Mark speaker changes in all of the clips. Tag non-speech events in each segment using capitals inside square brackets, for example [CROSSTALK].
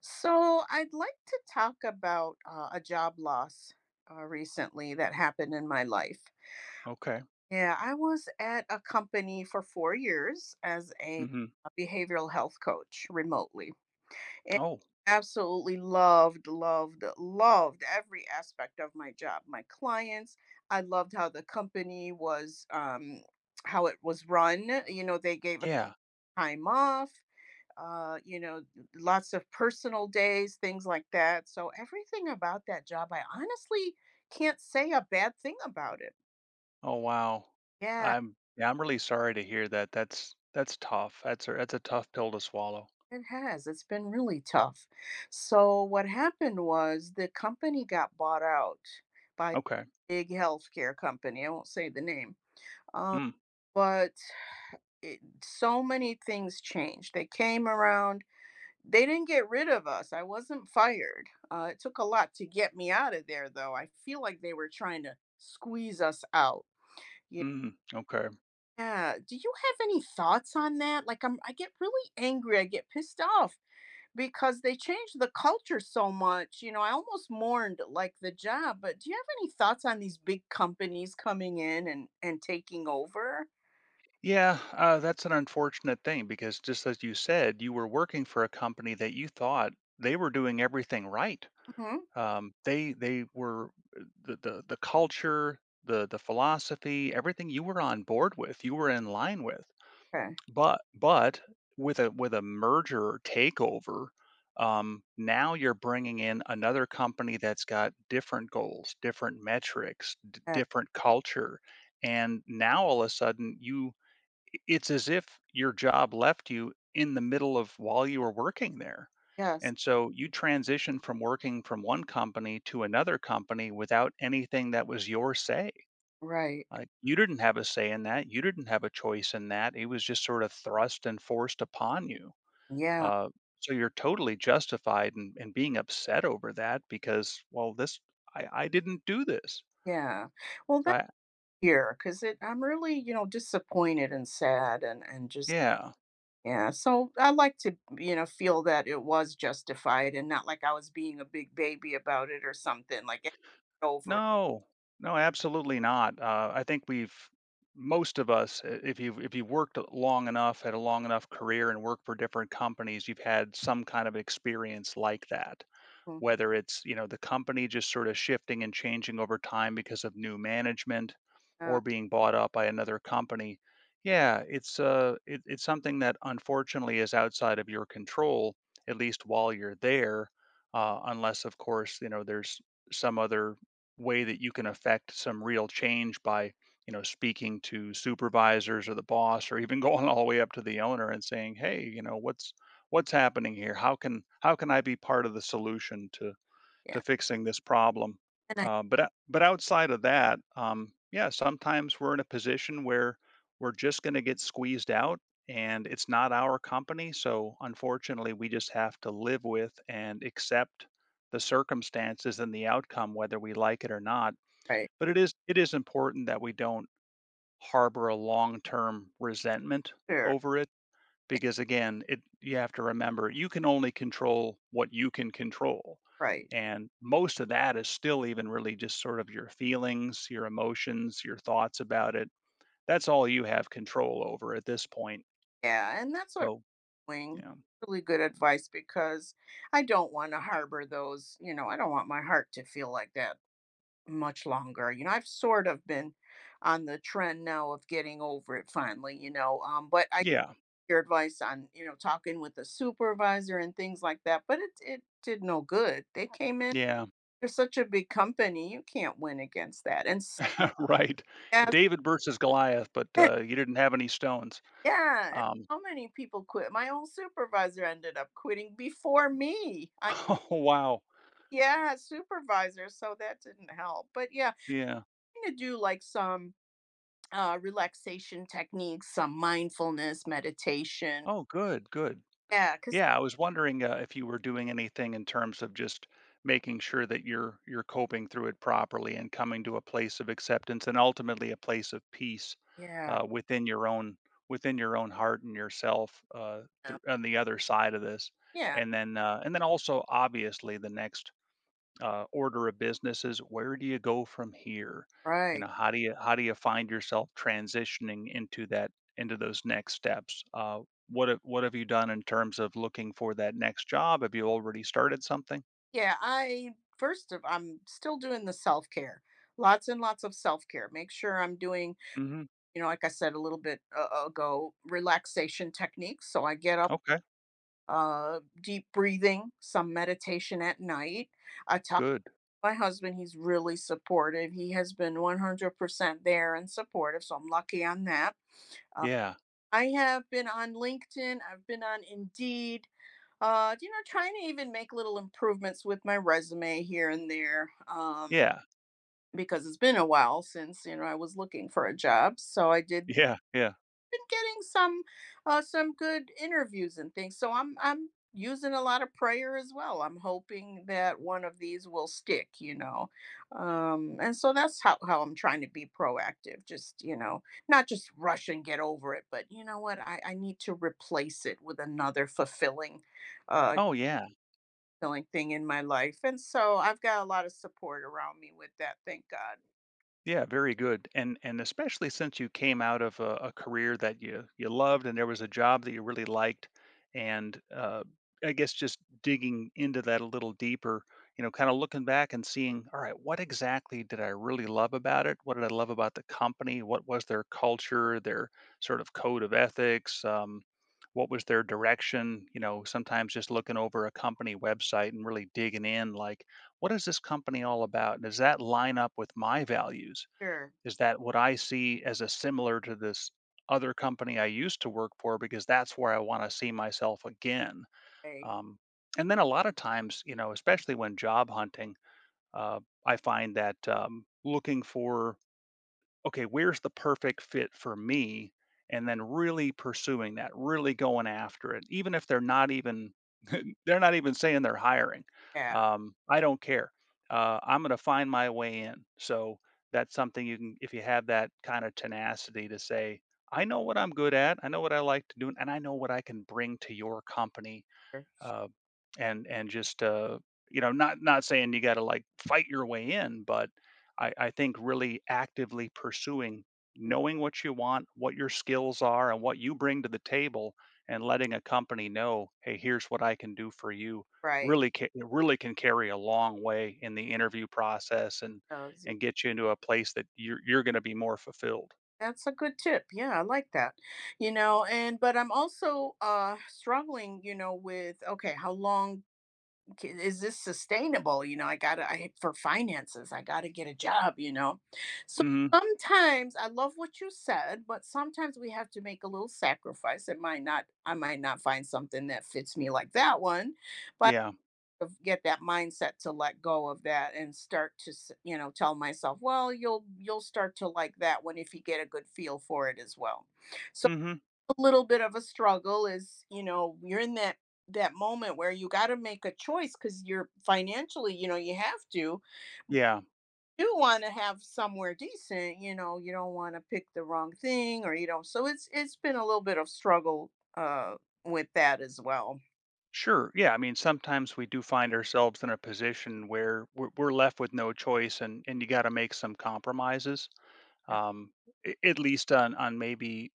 Speaker 1: So, I'd like to talk about a job loss recently that happened in my life.
Speaker 2: Okay.
Speaker 1: Yeah, I was at a company for 4 years as a
Speaker 2: Mhm.
Speaker 1: behavioral health coach remotely. And
Speaker 2: Oh,
Speaker 1: absolutely loved, loved, loved every aspect of my job, my clients. I loved how the company was, how it was run. You know, they gave us
Speaker 2: yeah.
Speaker 1: time off, uh, you know, lots of personal days, things like that. So everything about that job, I honestly can't say a bad thing about it.
Speaker 2: Oh, wow.
Speaker 1: Yeah,
Speaker 2: I'm really sorry to hear that. That's tough. That's a tough pill to swallow.
Speaker 1: it has. It's been really tough. So what happened was the company got bought out by a
Speaker 2: Okay.
Speaker 1: big healthcare company. I won't say the name. Um,
Speaker 2: Mm.
Speaker 1: but so many things changed. They came around, they didn't get rid of us. I wasn't fired. It took a lot to get me out of there, though. I feel like they were trying to squeeze us out.
Speaker 2: Mm. Okay.
Speaker 1: Yeah. Do you have any thoughts on that? Like, I get really angry. I get pissed off because they changed the culture so much. You know, I almost mourned like the job. But do you have any thoughts on these big companies coming in and taking over?
Speaker 2: Yeah, that's an unfortunate thing because just as you said, you were working for a company that you thought they were doing everything right.
Speaker 1: Hmm.
Speaker 2: They were the culture, the philosophy, everything you were on board with, you were in line with.
Speaker 1: Okay.
Speaker 2: But with a merger or takeover, now you're bringing in another company that's got different goals, different metrics,
Speaker 1: Yeah.
Speaker 2: different culture, and now all of a sudden you, it's as if your job left you in the middle of while you were working there.
Speaker 1: Yes.
Speaker 2: And so you transition from working from one company to another company without anything that was your say.
Speaker 1: Right.
Speaker 2: Like, you didn't have a say in that, you didn't have a choice in that, it was just sort of thrust and forced upon you.
Speaker 1: Yeah.
Speaker 2: Uh, so you're totally justified in being upset over that because, well, this, I didn't do this.
Speaker 1: Yeah. Well,
Speaker 2: So I.
Speaker 1: here, because it I'm really, you know, disappointed and sad and just
Speaker 2: Yeah.
Speaker 1: yeah. So I like to, you know, feel that it was justified and not like I was being a big baby about it or something. Like get over it.
Speaker 2: No. No, absolutely not. I think we've most of us, if you've worked long enough, had a long enough career and worked for different companies, you've had some kind of experience like that.
Speaker 1: Mm,
Speaker 2: Whether it's, you know, the company just sort of shifting and changing over time because of new management
Speaker 1: uh,
Speaker 2: or being bought up by another company. Yeah, it's something that unfortunately is outside of your control, at least while you're there, unless of course, you know, there's some other way that you can affect some real change by, you know, speaking to supervisors or the boss or even [LAUGHS] going all the way up to the owner and saying, hey, you know, what's happening here? How can I be part of the solution to
Speaker 1: yeah.
Speaker 2: fixing this problem?
Speaker 1: And I
Speaker 2: But but outside of that, yeah, sometimes we're in a position where we're just going to get squeezed out, and it's not our company. So unfortunately, we just have to live with and accept the circumstances and the outcome, whether we like it or not.
Speaker 1: right.
Speaker 2: But it is important that we don't harbor a long term resentment
Speaker 1: Sure.
Speaker 2: over it
Speaker 1: Yeah,
Speaker 2: because again it you have to remember you can only control what you can control,
Speaker 1: right.
Speaker 2: and most of that is still even really just sort of your feelings, your emotions, your thoughts about it. That's all you have control over at this point.
Speaker 1: Yeah. And that's what
Speaker 2: So,
Speaker 1: I'm
Speaker 2: you
Speaker 1: doing.
Speaker 2: know,
Speaker 1: Really good advice because I don't want to harbor those, you know, I don't want my heart to feel like that much longer. You know, I've sort of been on the trend now of getting over it finally, you know. But I
Speaker 2: yeah,
Speaker 1: your advice on, you know, talking with a supervisor and things like that, but it did no good. They came in,
Speaker 2: yeah.
Speaker 1: they're such a big company, you can't win against that. And s-
Speaker 2: [LAUGHS] Right.
Speaker 1: as,
Speaker 2: David versus Goliath, but
Speaker 1: [LAUGHS]
Speaker 2: you didn't have any stones.
Speaker 1: yeah. And
Speaker 2: um
Speaker 1: how many people quit? My own supervisor ended up quitting before me.
Speaker 2: [LAUGHS]
Speaker 1: I
Speaker 2: oh, wow.
Speaker 1: yeah, supervisor, so that didn't help. But yeah,
Speaker 2: Yeah.
Speaker 1: I to do like some relaxation techniques, some mindfulness meditation,
Speaker 2: Oh, good, good.
Speaker 1: yeah, because
Speaker 2: Yeah, I was wondering if you were doing anything in terms of just making sure that you're coping through it properly and coming to a place of acceptance and ultimately a place of peace,
Speaker 1: yeah,
Speaker 2: within your own, within your own heart and yourself,
Speaker 1: yeah,
Speaker 2: through, on the other side of this,
Speaker 1: yeah,
Speaker 2: and then also obviously the next, order of businesses, where do you go from here? You
Speaker 1: right.
Speaker 2: know, how do you find yourself transitioning into that, into those next steps? What have you done in terms of looking for that next job? Have you already started something?
Speaker 1: Yeah, I first of, I'm still doing the self-care. Lots and lots of self-care. Make sure I'm doing,
Speaker 2: Hmm.
Speaker 1: you know, like I said a little bit ago, relaxation techniques. So I get up,
Speaker 2: Okay,
Speaker 1: deep breathing, some meditation at night. I talk
Speaker 2: good.
Speaker 1: to my husband. He's really supportive. He has been 100% there and supportive. So I'm lucky on that. Uh,
Speaker 2: Yeah,
Speaker 1: I have been on LinkedIn. I've been on Indeed, you know, trying to even make little improvements with my resume here and there.
Speaker 2: yeah,
Speaker 1: Because it's been a while since, you know, I was looking for a job. So I did
Speaker 2: yeah, yeah.
Speaker 1: been getting some good interviews and things. So I'm using a lot of prayer as well. I'm hoping that one of these will stick. You know, and so that's how I'm trying to be proactive. Just, you know, not just rush and get over it, but you know what? I need to replace it with another fulfilling. Uh,
Speaker 2: Oh, yeah.
Speaker 1: Fulfilling thing in my life. And so I've got a lot of support around me with that, thank God.
Speaker 2: Yeah, very good. And especially since you came out of a career that you loved and there was a job that you really liked, and I guess just digging into that a little deeper, you know, kind of looking back and seeing, all right, what exactly did I really love about it? What did I love about the company? What was their culture, their sort of code of ethics? What was their direction? You know, sometimes just looking over a company website and really digging in, like, what is this company all about? Does that line up with my values?
Speaker 1: Sure.
Speaker 2: Is that what I see as a similar to this other company I used to work for? Because that's where I want to see myself again.
Speaker 1: Hey.
Speaker 2: Um, and then a lot of times, you know, especially when job hunting, uh, I find that looking for, okay, where's the perfect fit for me? And then really pursuing that, really going after it, even if they're not even [LAUGHS] they're not even saying they're hiring.
Speaker 1: Yeah.
Speaker 2: I don't care. I'm going to find my way in. So that's something you can, if you have that kind of tenacity to say, I know what I'm good at, I know what I like to do, and I know what I can bring to your company,
Speaker 1: Sure.
Speaker 2: uh, and just you know, not saying you got to like fight your way in, but I think really actively pursuing,
Speaker 1: Mm,
Speaker 2: knowing what you want, what your skills are, and what you bring to the table, and letting a company know, hey, here's what I can do for you.
Speaker 1: right.
Speaker 2: Really, it really can carry a long way in the interview process,
Speaker 1: So, see,
Speaker 2: and get you into a place that you're going to be more fulfilled.
Speaker 1: that's a good tip. Yeah, I like that. You know, and but I'm also struggling, you know, with okay, how long ca- is this sustainable? You know, I gotta I for finances, I gotta get a job, you know. So
Speaker 2: Hmm.
Speaker 1: sometimes I love what you said, but sometimes we have to make a little sacrifice. It might not I might not find something that fits me like that one. But
Speaker 2: Yeah.
Speaker 1: of get that mindset to let go of that and start to s- you know tell myself, well, you'll start to like that one if you get a good feel for it as well. So
Speaker 2: Hmm.
Speaker 1: a little bit of a struggle is, you know, you're in that moment where you got to make a choice because you're financially, you know, you have to,
Speaker 2: Yeah.
Speaker 1: you want to have somewhere decent, you know. You don't want to pick the wrong thing or you don't, so it's been a little bit of struggle, uh with that as well.
Speaker 2: Sure. Yeah. I mean, sometimes we do find ourselves in a position where we're left with no choice, and you got to make some compromises,
Speaker 1: Yeah,
Speaker 2: um, at least on maybe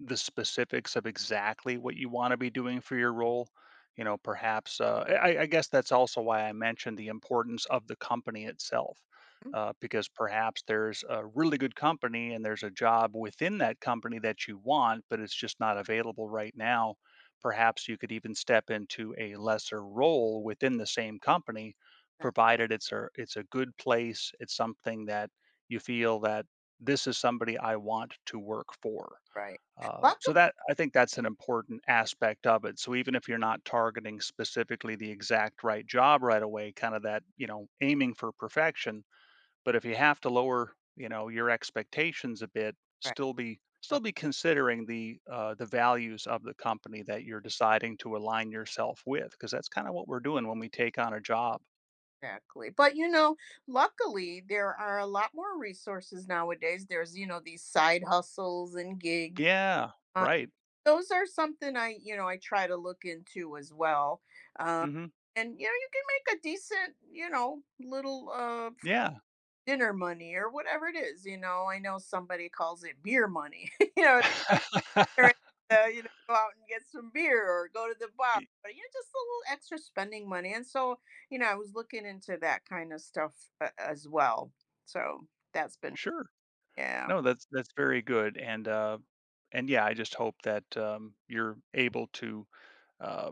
Speaker 2: the specifics of exactly what you want to be doing for your role. You know, perhaps I guess that's also why I mentioned the importance of the company itself,
Speaker 1: mm,
Speaker 2: because perhaps there's a really good company and there's a job within that company that you want, but it's just not available right now. Perhaps you could even step into a lesser role within the same company,
Speaker 1: that's
Speaker 2: provided it's a good place. It's something that you feel that this is somebody I want to work for.
Speaker 1: right,
Speaker 2: So
Speaker 1: luckily,
Speaker 2: that, I think that's an important aspect of it. So even if you're not targeting specifically the exact right job right away, kind of that, you know, aiming for perfection, but if you have to lower, you know, your expectations a bit,
Speaker 1: right, so
Speaker 2: still be considering the values of the company that you're deciding to align yourself with, because that's kind of what we're doing when we take on a job.
Speaker 1: exactly. But you know, luckily there are a lot more resources nowadays. There's, you know, these side hustles and gigs.
Speaker 2: Yeah,
Speaker 1: Uh,
Speaker 2: right.
Speaker 1: those are something I, you know, I try to look into as well. Uh,
Speaker 2: Hmm.
Speaker 1: and you know, you can make a decent, you know, little
Speaker 2: Yeah.
Speaker 1: dinner money or whatever it is, you know. I know somebody calls it beer money. [LAUGHS] You know, or,
Speaker 2: [LAUGHS]
Speaker 1: you know, go out and get some beer or go to the bar.
Speaker 2: Y-
Speaker 1: But you know, just a little extra spending money. And so, you know, I was looking into that kind of stuff, as well. So that's been,
Speaker 2: sure.
Speaker 1: yeah,
Speaker 2: No, that's very good, and yeah, I just hope that, you're able to, uh,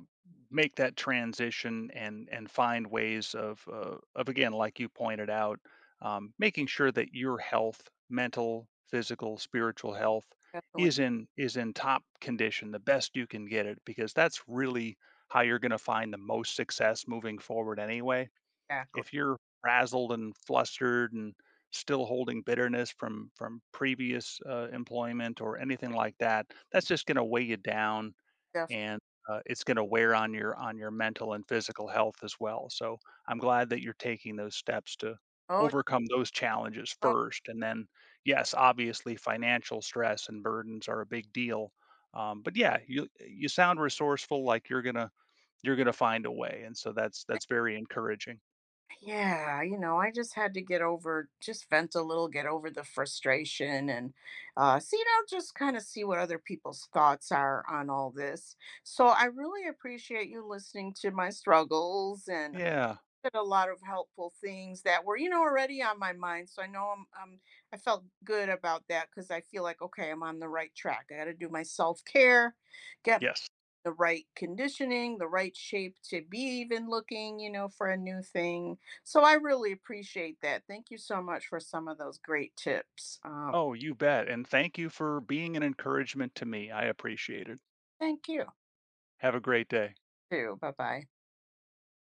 Speaker 2: make that transition and find ways of, of, again, like you pointed out, making sure that your health, mental, physical, spiritual health
Speaker 1: definitely,
Speaker 2: is in top condition, the best you can get it, because that's really how you're gonna find the most success moving forward anyway.
Speaker 1: exactly,
Speaker 2: If you're frazzled and flustered and still holding bitterness from previous employment or anything like that, that's just going to weigh you down,
Speaker 1: definitely.
Speaker 2: and it's going to wear on your mental and physical health as well. So I'm glad that you're taking those steps to
Speaker 1: Oh,
Speaker 2: overcome those challenges
Speaker 1: oh,
Speaker 2: first, and then yes, obviously financial stress and burdens are a big deal. But yeah, you sound resourceful, like you're gonna find a way, and so that's very encouraging.
Speaker 1: yeah. You know, I just had to get over, just vent a little, get over the frustration, and see, you know, just kind of see what other people's thoughts are on all this. So I really appreciate you listening to my struggles and
Speaker 2: Yeah.
Speaker 1: did a lot of helpful things that were, you know, already on my mind. So I know I'm, I felt good about that because I feel like, okay, I'm on the right track. I got to do my self care, get
Speaker 2: Yes.
Speaker 1: the right conditioning, the right shape to be even looking, you know, for a new thing. So I really appreciate that. Thank you so much for some of those great tips.
Speaker 2: Oh, you bet. And thank you for being an encouragement to me. I appreciate it.
Speaker 1: Thank you
Speaker 2: Have a great day.
Speaker 1: too. Bye bye.